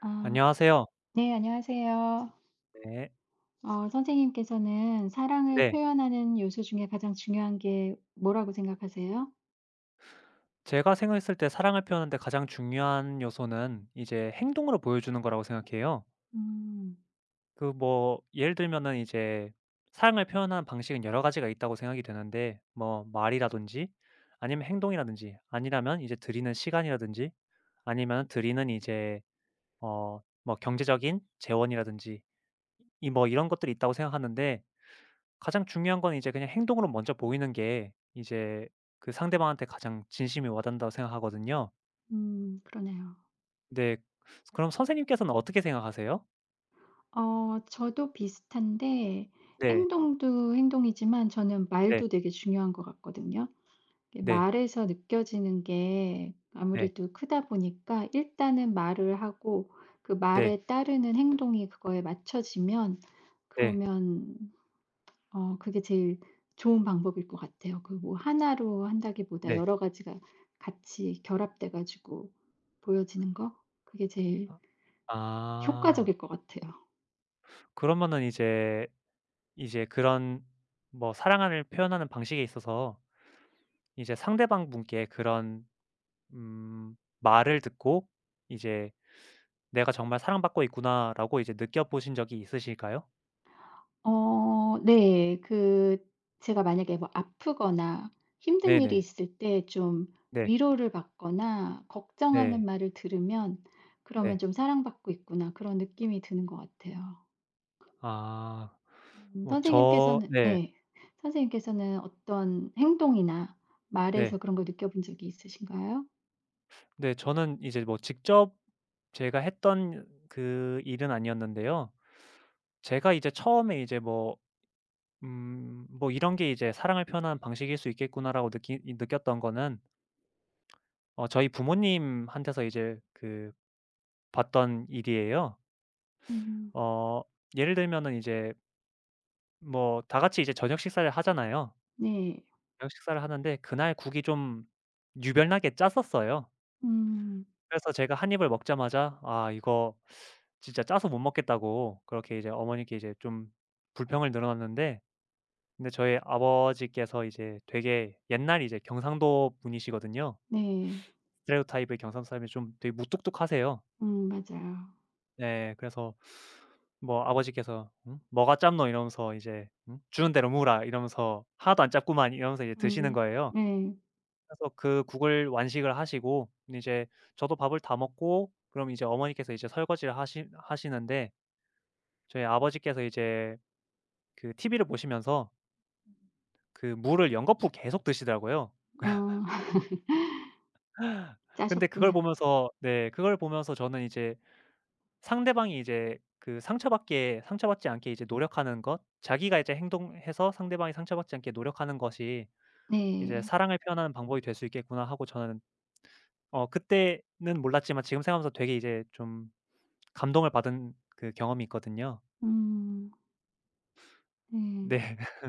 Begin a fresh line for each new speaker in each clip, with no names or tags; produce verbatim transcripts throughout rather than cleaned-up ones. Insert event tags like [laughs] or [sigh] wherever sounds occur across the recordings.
아
안녕하세요.
네 안녕하세요.
네.
어 선생님께서는 사랑을
네.
표현하는 요소 중에 가장 중요한 게 뭐라고 생각하세요?
제가 생각했을 때 사랑을 표현하는데 가장 중요한 요소는 이제 행동으로 보여주는 거라고 생각해요.
음.
그 뭐 예를 들면은 이제 사랑을 표현하는 방식은 여러 가지가 있다고 생각이 되는데 뭐 말이라든지 아니면 행동이라든지 아니라면 이제 드리는 시간이라든지 아니면 드리는 이제 어 뭐 경제적인 재원이라든지 이 뭐 이런 것들이 있다고 생각하는데 가장 중요한 건 이제 그냥 행동으로 먼저 보이는 게 이제 그 상대방한테 가장 진심이 와닿는다고 생각하거든요.
음 그러네요.
네. 그럼 선생님께서는 어떻게 생각하세요?
어 저도 비슷한데
네.
행동도 행동이지만 저는
네.
말도 되게 중요한 것 같거든요. 이게
네.
말에서 느껴지는 게
네.
아무래도 크다 보니까 일단은 말을 하고 그
네.
말에 따르는 행동이 그거에 맞춰지면
네.
그러면 어 그게 제일 좋은 방법일 것 같아요. 그 뭐 하나로 한다기보다
네.
여러 가지가 같이 결합돼 가지고 보여지는 거 그게 제일
아, 아.
효과적일 것 같아요.
그러면은 이제 이제 그런 뭐 사랑을 표현하는 방식에 있어서 이제 상대방 분께 그런 음 말을 듣고 이제 '내가 정말 사랑받고 있구나.'라고 이제 느껴보신 적이 있으실까요?
어 네. 그 제가 만약에 뭐 아프거나 힘든 일이
네네.
있을 때 좀
네.
위로를 받거나 걱정하는
네.
말을 들으면 그러면
네.
좀 '사랑받고 있구나.' 그런 느낌이 드는 것 같아요.
아.
음
뭐 저
선생님께서는
네.
예. 선생님께서는 어떤 행동이나 말에서
네.
그런 걸 느껴본 적이 있으신가요?
네 저는 이제 뭐 직접 제가 했던 그 일은 아니었는데요. 제가 이제 처음에 이제 뭐 음 뭐 '이런 게 이제 사랑을 표현하는 방식일 수 있겠구나.'라고 느끼 이 느꼈던 거는 어 저희 부모님한테서 이제 그 봤던 일이에요.
음.
어 예를 들면은 이제 뭐 다 같이 이제 저녁 식사를 하잖아요.
네.
저녁 식사를 하는데 그날 국이 좀 유별나게 짰었어요.
음.
그래서 제가 한 입을 먹자마자 "아, 이거 진짜 짜서 못 먹겠다."고 그렇게 이제 어머니께 이제 좀 불평을 늘어놨는데, 근데 저희 아버지께서 이제 되게 옛날 이제 경상도 분이시거든요.
네.
스테레오타입의 경상도 사람이 좀 되게 무뚝뚝하세요.
음 맞아요.
네. 그래서 뭐 아버지께서 "응? 뭐가 짭노?" 이러면서 이제 "응? 주는 대로 무라." 이러면서 "하나도 안 짭구만." 이러면서 이제 드시는
음
거예요.
네.
그래서 그 국을 완식을 하시고 이제 저도 밥을 다 먹고 그럼 이제 어머니께서 이제 설거지를 하시 하시는데 저희 아버지께서 이제 그 티비를 보시면서 그 물을 연거푸 계속 드시더라고요.
어 [laughs]
근데 그걸
짜셨구나.
보면서, 네, 그걸 보면서 저는 이제 상대방이 이제 그 상처받게 상처받지 않게 이제 노력하는 것, 자기가 이제 행동해서 상대방이 상처받지 않게 노력하는 것이 이제
네.
'사랑을 표현하는 방법이 될 수 있겠구나.' 하고, 저는 어 그때는 몰랐지만 지금 생각하면서 되게 이제 좀 감동을 받은 그 경험이 있거든요.
음 네.
네. [laughs]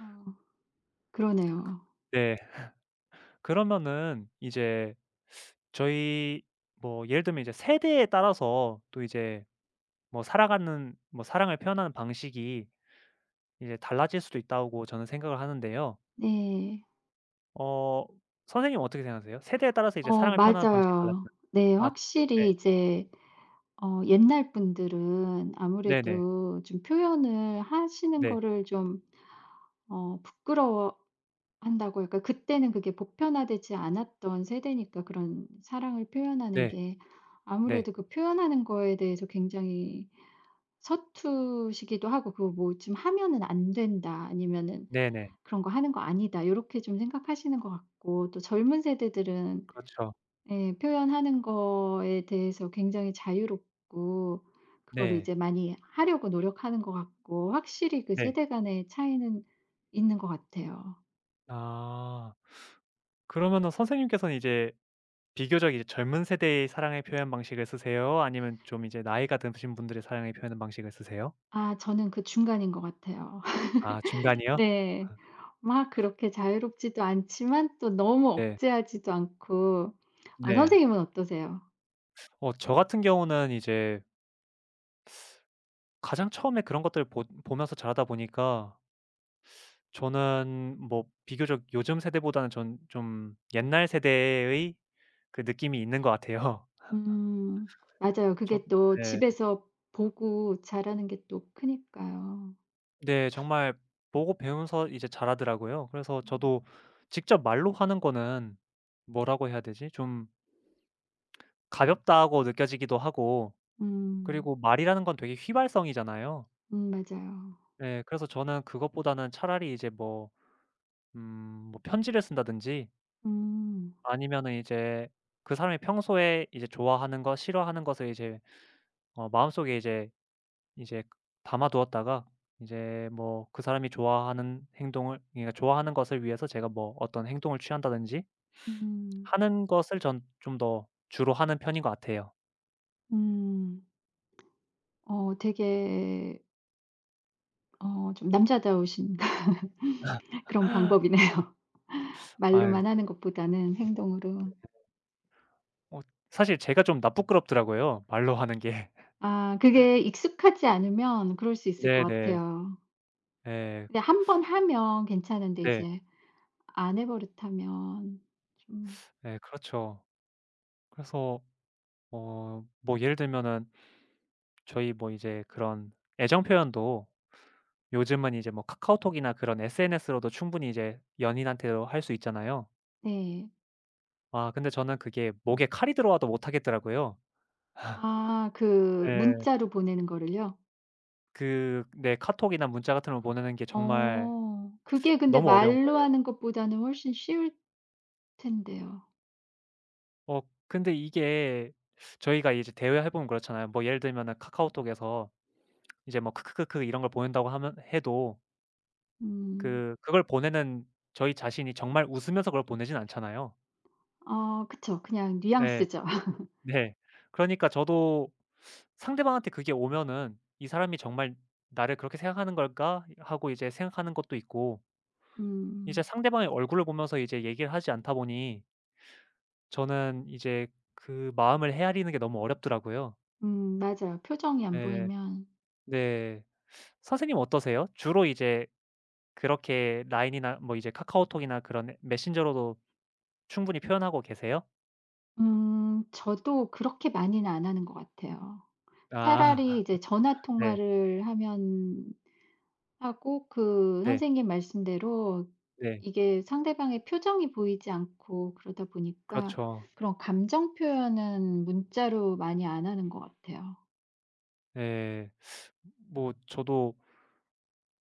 어 그러네요.
네. 그러면은 이제 저희 뭐 예를 들면 이제 세대에 따라서 또 이제 뭐 살아가는 뭐 사랑을 표현하는 방식이 이제 달라질 수도 있다고 저는 생각을 하는데요.
네.
어 선생님은 어떻게 생각하세요? 세대에 따라서 이제
어
사랑을 표현하는 방식이
맞아요.
달라지나요?
네.
아
확실히
네.
이제 어 옛날 분들은
네네.
아무래도 좀 표현을 하시는
네.
거를 좀 어 부끄러워 한다고 약간 그때는 그게 보편화되지 않았던 세대니까 그런 사랑을 표현하는
네.
게
네.
아무래도 그 표현하는 거에 대해서 굉장히 서투시기도 하고 그거 뭐 좀 하면은 안 된다 아니면은
네네.
그런 거 하는 거 아니다 요렇게 좀 생각하시는 것 같고 또 젊은 세대들은
그렇죠.
예 표현하는 거에 대해서 굉장히 자유롭고 그거를
네.
이제 많이 하려고 노력하는 것 같고 확실히 그
네.
세대 간의 차이는 있는 것 같아요.
아. 그러면은 선생님께서는 이제 비교적 이제 젊은 세대의 사랑의 표현 방식을 쓰세요? 아니면 좀 이제 나이가 드신 분들의 사랑의 표현 방식을 쓰세요?
아 저는 그 중간인 것 같아요.
아,
[laughs]
중간이요?
네. 막 그렇게 자유롭지도 않지만 또 너무
네.
억제하지도 않고. 아
네.
선생님은 어떠세요?
어 저 같은 경우는 이제 가장 처음에 그런 것들을 보 보면서 자라다 보니까 저는 뭐 비교적 요즘 세대보다는 전 좀 옛날 세대의 그 느낌이 있는 것 같아요. [laughs]
음. 맞아요.
저
그게 또
네.
집에서 보고 자라는 게 또 크니까요.
네, 정말 보고 배우면서 이제 자라더라고요. 그래서
음.
저도 직접 말로 하는 거는 뭐라고 해야 되지? 좀 가볍다고 느껴지기도 하고,
음.
그리고 말이라는 건 되게 휘발성이잖아요.
음 맞아요.
예. 그래서 저는 그것보다는 차라리 이제 뭐 음 뭐 편지를 쓴다든지
음.
아니면은 이제 그 사람이 평소에 이제 좋아하는 것, 싫어하는 것을 이제 어 마음속에 이제 이제 담아 두었다가 이제 뭐 그 사람이 좋아하는 행동을, 그러니까 좋아하는 것을 위해서 제가 뭐 어떤 행동을 취한다든지
음.
하는 것을 전 좀 더 주로 하는 편인 것 같아요.
음. 어 되게 어 좀 남자다우신 [laughs] 그런 방법이네요. [laughs]
아유.
말로만 하는 것보다는 행동으로.
어 사실 제가 좀 나 부끄럽더라고요, 말로 하는 게.
아 그게 익숙하지 않으면 그럴 수 있을 것
네네.
같아요.
예.
근데 한 번 하면 괜찮은데
네.
이제 안 해 버릇하면 좀
예, 그렇죠. 그래서 어 뭐 예를 들면은 저희 뭐 이제 그런 애정 표현도 요즘은 이제 뭐 카카오톡이나 그런 에스엔에스로도 충분히 이제 연인한테도 할 수 있잖아요.
네.
아, 근데 저는 그게 목에 칼이 들어와도 못 하겠더라고요.
아
[laughs]
그
예.
문자로 보내는 거를요?
그 네 카톡이나 문자 같은 걸 보내는 게 정말
어. 그게 근데
너무 어려운
말로
거예요.
하는 것보다는 훨씬 쉬울 텐데요.
어 근데 이게 저희가 이제 대화해 보면 그렇잖아요. 뭐 예를 들면은 카카오톡에서 이제 뭐 "크크크크." 이런 걸 보낸다고 하면 해도
음.
그 그걸 보내는 저희 자신이 정말 웃으면서 그걸 보내진 않잖아요.
어 그쵸. 그냥
네.
뉘앙스죠. [laughs]
네. 그러니까 저도 상대방한테 그게 오면은 '이 사람이 정말 나를 그렇게 생각하는 걸까?' 하고 이제 생각하는 것도 있고, 이제
음.
상대방의 얼굴을 보면서 이제 얘기를 하지 않다 보니 저는 이제 그 마음을 헤아리는 게 너무 어렵더라고요.
음 맞아요. 표정이 안
네.
보이면
네. 선생님 어떠세요? 주로 이제 그렇게 라인이나 뭐 이제 카카오톡이나 그런 메신저로도 충분히 표현하고 계세요?
음 저도 그렇게 많이는 안 하는 것 같아요. 차라리
아.
이제 전화
[laughs] 네.
통화를 하면 하고 그
네.
선생님 말씀대로
네.
이게 상대방의 표정이 보이지 않고 그러다 보니까
그렇죠.
그런 감정 표현은 문자로 많이 안 하는 것 같아요.
예. 뭐 저도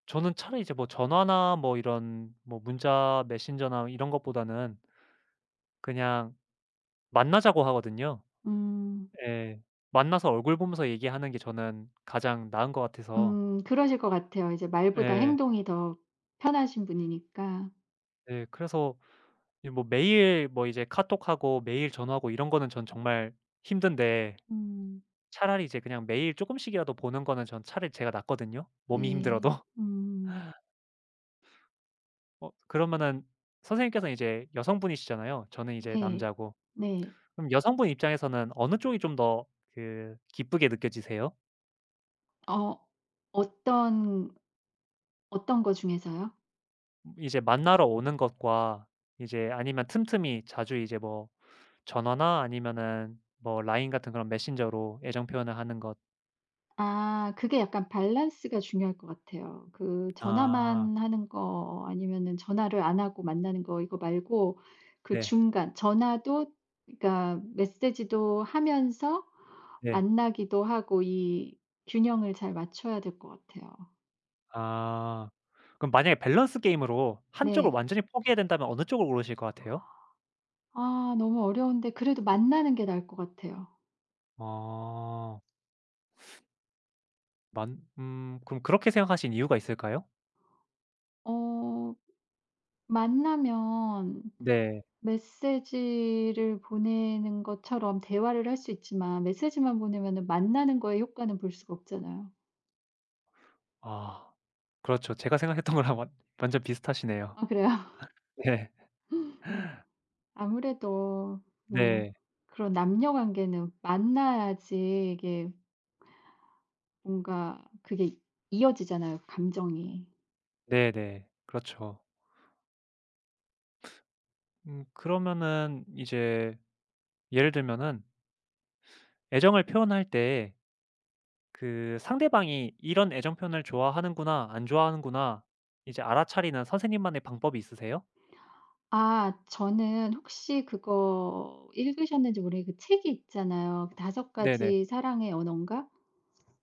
저는 차라리 이제 뭐 전화나 뭐 이런 뭐 문자 메신저나 이런 것보다는 그냥 만나자고 하거든요.
음.
예. 만나서 얼굴 보면서 얘기하는 게 저는 가장 나은 것 같아서.
음 그러실 것 같아요. 이제 말보다
예.
행동이 더 편하신 분이니까.
예. 그래서 이 뭐 매일 뭐 이제 카톡하고 매일 전화하고 이런 거는 전 정말 힘든데,
음.
차라리 이제 그냥 매일 쪼끔씩이라도 보는 거는 전 차라리 제가 낫거든요, 몸이
네.
힘들어도.
음.
어 그러면은 선생님께서는 이제 여성분이시잖아요. 저는 이제
네.
남자고.
네.
그럼 여성분 입장에서는 어느 쪽이 좀 더 그 기쁘게 느껴지세요?
어. 어떤 어떤 거 중에서요?
이제 만나러 오는 것과 이제 아니면 틈틈이 자주 이제 뭐 전화나 아니면은 뭐 라인 같은 그런 메신저로 애정 표현을 하는 것.
아 그게 약간 밸런스가 중요할 것 같아요. 그
아
전화만 하는 거 아니면은 전화를 안 하고 만나는 거 이거 말고 그
네.
중간 전화도 그러니까 메시지도 하면서
네.
만나기도 하고 이 균형을 잘 맞춰야 될 것 같아요.
아. 그럼 만약에 밸런스 게임으로 한쪽을
네.
완전히 포기해야 된다면 어느 쪽을 고르실 것 같아요?
아 너무 어려운데 그래도 만나는 게 나을 것 같아요.
아. 만 음 그럼 그렇게 생각하신 이유가 있을까요?
어 만나면
네.
메시지를 보내는 것처럼 대화를 할 수 있지만 메시지만 보내면은 만나는 거에 효과는 볼 수가 없잖아요.
아. 그렇죠. 제가 생각했던 거랑 완 완전 비슷하시네요.
아 그래요? [laughs]
네.
아무래도 뭐
네.
그런 남녀 관계는 만나야지 이게 뭔가 그게 이어지잖아요, 감정이.
네네. 그렇죠. 음 그러면은 이제 예를 들면은 애정을 표현할 때 그 상대방이 '이런 애정 표현을 좋아하는구나. 안 좋아하는구나.' 이제 알아차리는 선생님만의 방법이 있으세요?
아 저는 혹시 그거 읽으셨는지 모르겠는데 그 책이 있잖아요. 그섯
네네.
가지 사랑의 언어인가?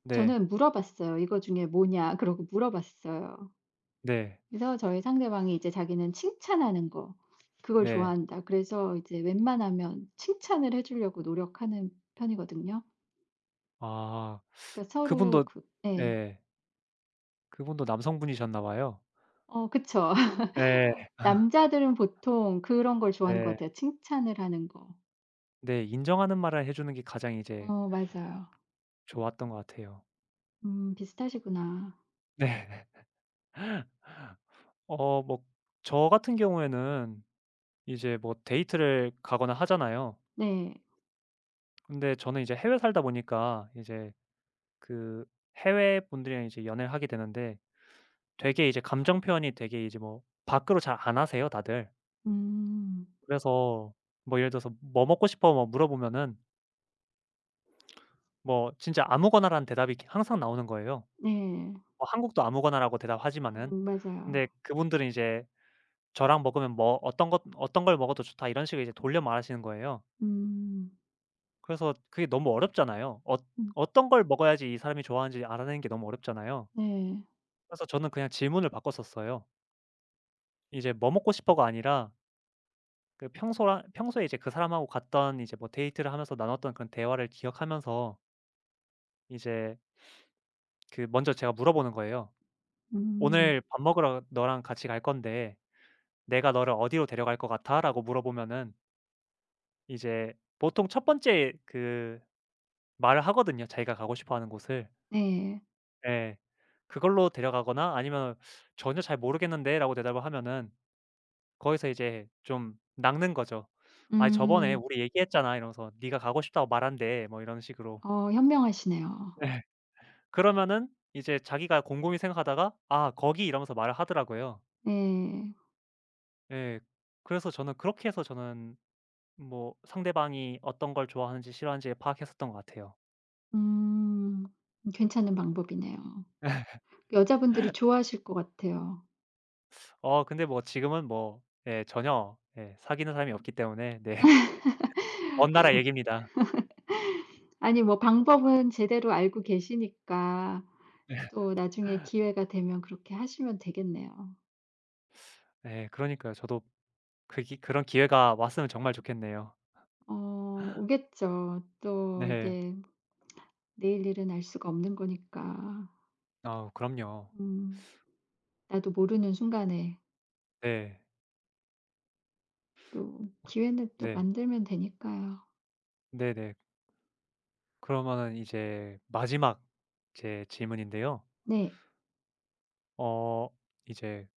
네.
저는 물어봤어요. "이거 중에 뭐냐?" 그러고 물어봤어요.
네.
그래서 저희 상대방이 이제 자기는 칭찬하는 거 그걸
네.
좋아한다. 그래서 이제 웬만하면 칭찬을 해 주려고 노력하는 편이거든요.
아.
그러니까
그분도
서로 그 예.
네. 그분도 남성분이셨나 봐요.
어 그쵸.
예.
[laughs] 남자들은 보통 그런 걸 좋아하는 것
네.
같아요. 칭찬을 하는 거.
네. 인정하는 말을 해 주는 게 가장 이제
어 맞아요.
좋았던 것 같아요.
음 비슷하시구나.
네. 어 뭐 저 같은 경우에는 이제 뭐 데이트를 가거나 하잖아요.
네.
근데 저는 이제 해외 살다 보니까 이제 그 해외 분들이랑 이제 연애를 하게 되는데 되게 이제 감정 표현이 되게 이제 뭐 밖으로 잘 안 하세요 다들.
음.
그래서 뭐 예를 들어서 "뭐 먹고 싶어?" 뭐 물어보면은 뭐 진짜 아무거나라는 대답이 기 항상 나오는 거예요.
네.
뭐 한국도 아무거나라고 대답하지만은.
음 맞아요.
근데 그분들은 이제 "저랑 먹으면 뭐 어떤 것 어떤 걸 먹어도 좋다." 이런 식으로 이제 돌려 말하시는 거예요.
음.
그래서 그게 너무 어렵잖아요. 어
음
어떤 걸 먹어야지 이 사람이 좋아하는지 알아내는 게 너무 어렵잖아요.
네.
그래서 저는 그냥 질문을 바꿨었어요. 이제 "뭐 먹고 싶어?"가 아니라 그 평소라 평소에 이제 그 사람하고 갔던 이제 뭐 데이트를 하면서 나눴던 그런 대화를 기억하면서 이제 그 먼저 제가 물어보는 거예요.
음.
"오늘 밥 먹으러 너랑 같이 갈 건데 내가 너를 어디로 데려갈 것 같아?"라고 물어보면은 이제 보통 첫 번째 그 말을 하거든요, 자기가 가고 싶어 하는 곳을.
네.
네. 그걸로 데려가거나 아니면 "전혀 잘 모르겠는데."라고 대답을 하면은 거기서 이제 좀 낚는 거죠. "아이, 저번에
음.
우리 얘기했잖아." 이러면서 "네가 가고 싶다고 말한대." 뭐 이런 식으로.
어 현명하시네요.
네. 그러면은 이제 자기가 곰곰이 생각하다가 "아, 거기." 이러면서 말을 하더라고요.
네.
예. 그래서 저는 그렇게 해서 저는 뭐 상대방이 어떤 걸 좋아하는지 싫어하는지 파악했었던 것 같아요.
음. 괜찮은 방법이네요. 여자분들이 좋아하실 것 같아요.
어 근데 뭐 지금은 뭐 예 전혀 예 사귀는 사람이 없기 때문에. 네. [laughs] 먼 나라 얘기입니다.
아니 뭐 방법은 제대로 알고 계시니까 또 나중에 기회가 되면 그렇게 하시면 되겠네요.
예. 그러니까요. 저도 그기 그런 기회가 왔으면 정말 좋겠네요.
어 오겠죠. 또
네.
이게 내일 일은 알 수가 없는 거니까.
아 그럼요.
음. 나도 모르는 순간에
네.
또 기회는 또
네.
만들면 되니까요.
네네. 그러면은 이제 마지막 제 질문인데요.
네.
어 이제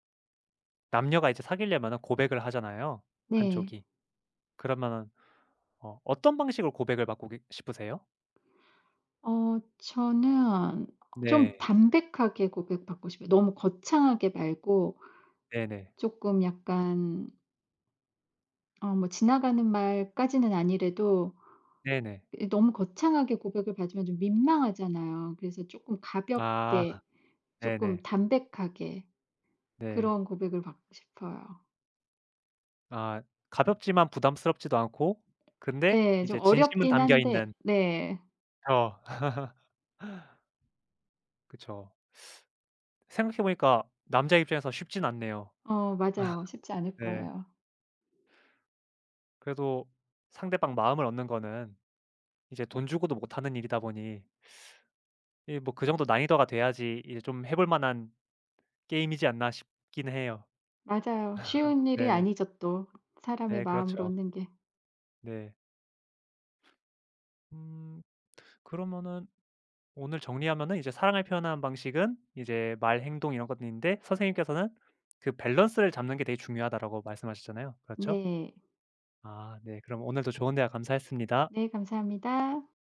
남녀가 이제 사귀려면은 고백을 하잖아요,
네.
한쪽이. 그러면은 어 어떤 방식으로 고백을 받고 계 싶으세요?
어 저는
네.
좀 담백하게 고백받고 싶어요. 너무 거창하게 말고
네네.
조금 약간 어 뭐 지나가는 말까지는 아니래도
네네.
이 너무 거창하게 고백을 받으면 좀 민망하잖아요. 그래서 쪼끔
아
가볍게 쪼끔
네네.
담백하게
네.
그런 고백을 받고 싶어요.
아, 가볍지만 부담스럽지도 않고 근데
예. 좀
이제 진심은
어렵긴
담겨 있는.
한데 네.
그쵸. 그쵸. 생각해 보니까 남자 입장에서 쉽진 않네요.
어 맞아요.
[laughs]
쉽지 않을
네.
거예요.
그래도 상대방 마음을 얻는 거는 이제 돈 주고도 못 하는 일이다 보니 뭐 그 정도 난이도가 돼야지 이제 좀 해볼 만한 게임이지 않나 싶긴 해요.
맞아요. 쉬운 일이
네네.
아니죠 또 사람의
네
마음을
그렇죠.
얻는 게.
네. 음 그러면은 오늘 정리하면은 이제 사랑을 표현하는 방식은 이제 말, 행동 이런 것들인데 선생님께서는 그 밸런스를 잡는 게 되게 중요하다라고 말씀하셨잖아요. 그렇죠?
네.
아 네. 그럼 오늘도 좋은 대화 감사했습니다.
네 감사합니다.